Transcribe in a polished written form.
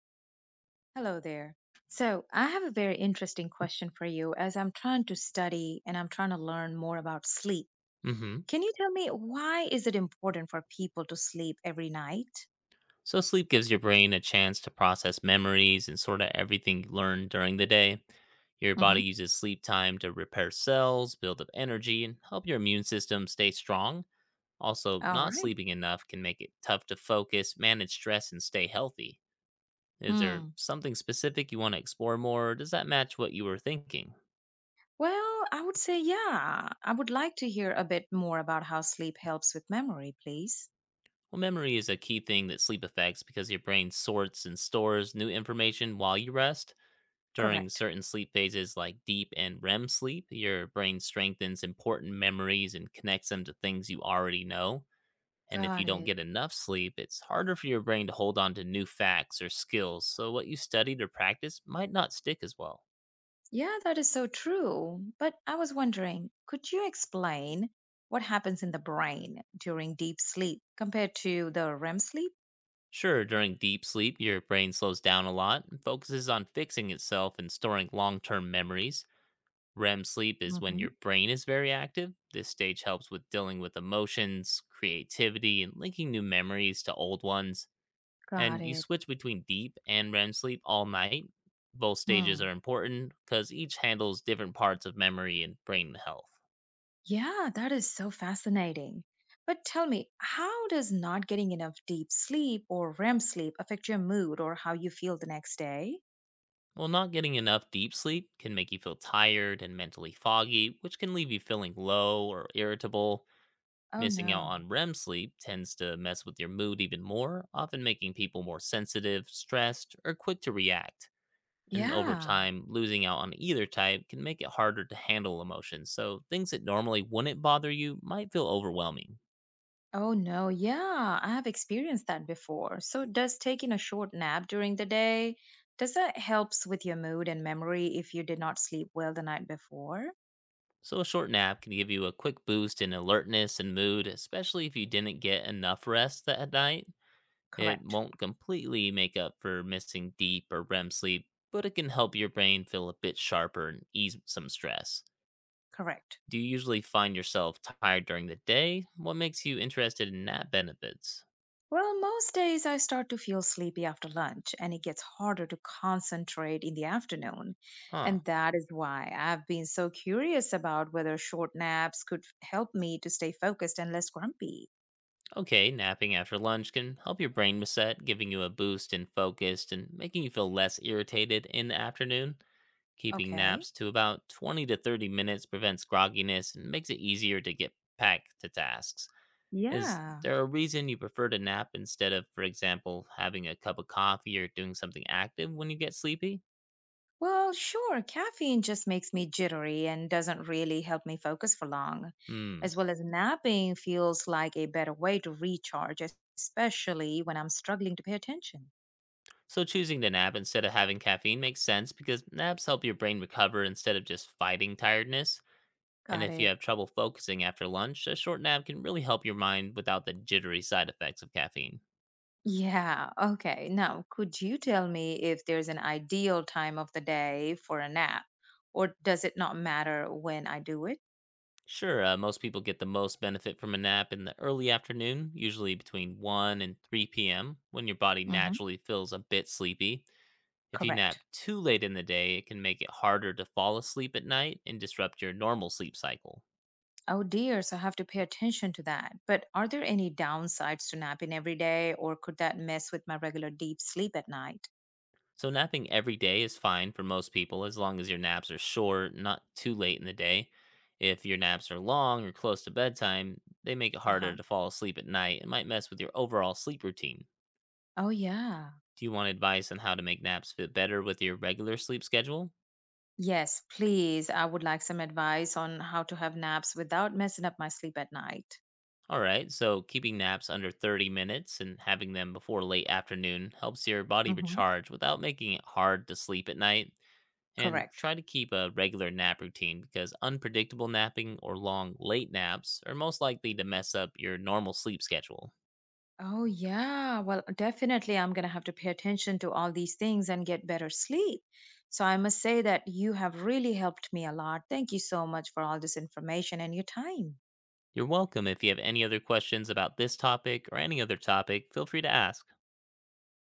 Hello there. So, I have a very interesting question for you, as I'm trying to study and I'm trying to learn more about sleep. hmm Can you tell me why is it important for people to sleep every night? So, sleep gives your brain a chance to process memories and sort out everything you learned during the day. Your body Mm-hmm. uses sleep time to repair cells, build up energy, and help your immune system stay strong. Also, All not right. sleeping enough can make it tough to focus, manage stress, and stay healthy. Is there Hmm. something specific you want to explore more? Or does that match what you were thinking? Well, I would say, yeah, I would like to hear a bit more about how sleep helps with memory, please. Well, memory is a key thing that sleep affects because your brain sorts and stores new information while you rest. During Correct. certain sleep phases like deep and REM sleep, your brain strengthens important memories and connects them to things you already know. And if you Got don't it. get enough sleep, it's harder for your brain to hold on to new facts or skills, so what you studied or practiced might not stick as well. Yeah, that is so true. But I was wondering, could you explain what happens in the brain during deep sleep compared to the REM sleep? Sure, during deep sleep, your brain slows down a lot and focuses on fixing itself and storing long term memories. REM sleep is when Hmm. your brain is very active. This stage helps with dealing with emotions, creativity, and linking new memories to old ones. Got And you it. switch between deep and REM sleep all night. Both stages are Hmm. important because each handles different parts of memory and brain health. Yeah, that is so fascinating. But tell me, how does not getting enough deep sleep or REM sleep affect your mood or how you feel the next day? Well, not getting enough deep sleep can make you feel tired and mentally foggy, which can leave you feeling low or irritable. Oh, Missing out no. on REM sleep tends to mess with your mood even more, often making people more sensitive, stressed, or quick to react. And over Yeah. time, losing out on either type can make it harder to handle emotions, so things that normally wouldn't bother you might feel overwhelming. Oh, no. Yeah, I have experienced that before. So, does taking a short nap during the day, does that helps with your mood and memory if you did not sleep well the night before? So, a short nap can give you a quick boost in alertness and mood, especially if you didn't get enough rest that at night. It Correct. won't completely make up for missing deep or REM sleep, but it can help your brain feel a bit sharper and ease some stress. Correct. Do you usually find yourself tired during the day? What makes you interested in nap benefits? Well, most days I start to feel sleepy after lunch and it gets harder to concentrate in the afternoon. Huh. And that is why I've been so curious about whether short naps could help me to stay focused and less grumpy. Okay, napping after lunch can help your brain reset, giving you a boost in focus and making you feel less irritated in the afternoon. Keeping Okay. naps to about 20 to 30 minutes prevents grogginess and makes it easier to get back to tasks. Is Yeah. there a reason you prefer to nap instead of, for example, having a cup of coffee or doing something active when you get sleepy? Well, sure, caffeine just makes me jittery and doesn't really help me focus for long. Hmm. As well as napping feels like a better way to recharge, especially when I'm struggling to pay attention. So choosing to nap instead of having caffeine makes sense because naps help your brain recover instead of just fighting tiredness. And Got if you it. have trouble focusing after lunch, a short nap can really help your mind without the jittery side effects of caffeine. Yeah, okay. Now, could you tell me if there's an ideal time of the day for a nap, or does it not matter when I do it? Sure, most people get the most benefit from a nap in the early afternoon, usually between 1 and 3 p.m., when your body Hmm. naturally feels a bit sleepy. If you nap Correct. too late in the day, it can make it harder to fall asleep at night and disrupt your normal sleep cycle. Oh dear, so I have to pay attention to that. But are there any downsides to napping every day, or could that mess with my regular deep sleep at night? So, napping every day is fine for most people as long as your naps are short, not too late in the day. If your naps are long or close to bedtime, they make it Uh harder huh. to fall asleep at night and might mess with your overall sleep routine. Oh, yeah. Do you want advice on how to make naps fit better with your regular sleep schedule? Yes, please. I would like some advice on how to have naps without messing up my sleep at night. All right, so keeping naps under 30 minutes and having them before late afternoon helps your body Hmm. recharge without making it hard to sleep at night. And Correct. try to keep a regular nap routine because unpredictable napping or long late naps are most likely to mess up your normal sleep schedule. Oh, yeah. Well, definitely, I'm going to have to pay attention to all these things and get better sleep. So I must say that you have really helped me a lot. Thank you so much for all this information and your time. You're welcome. If you have any other questions about this topic or any other topic, feel free to ask.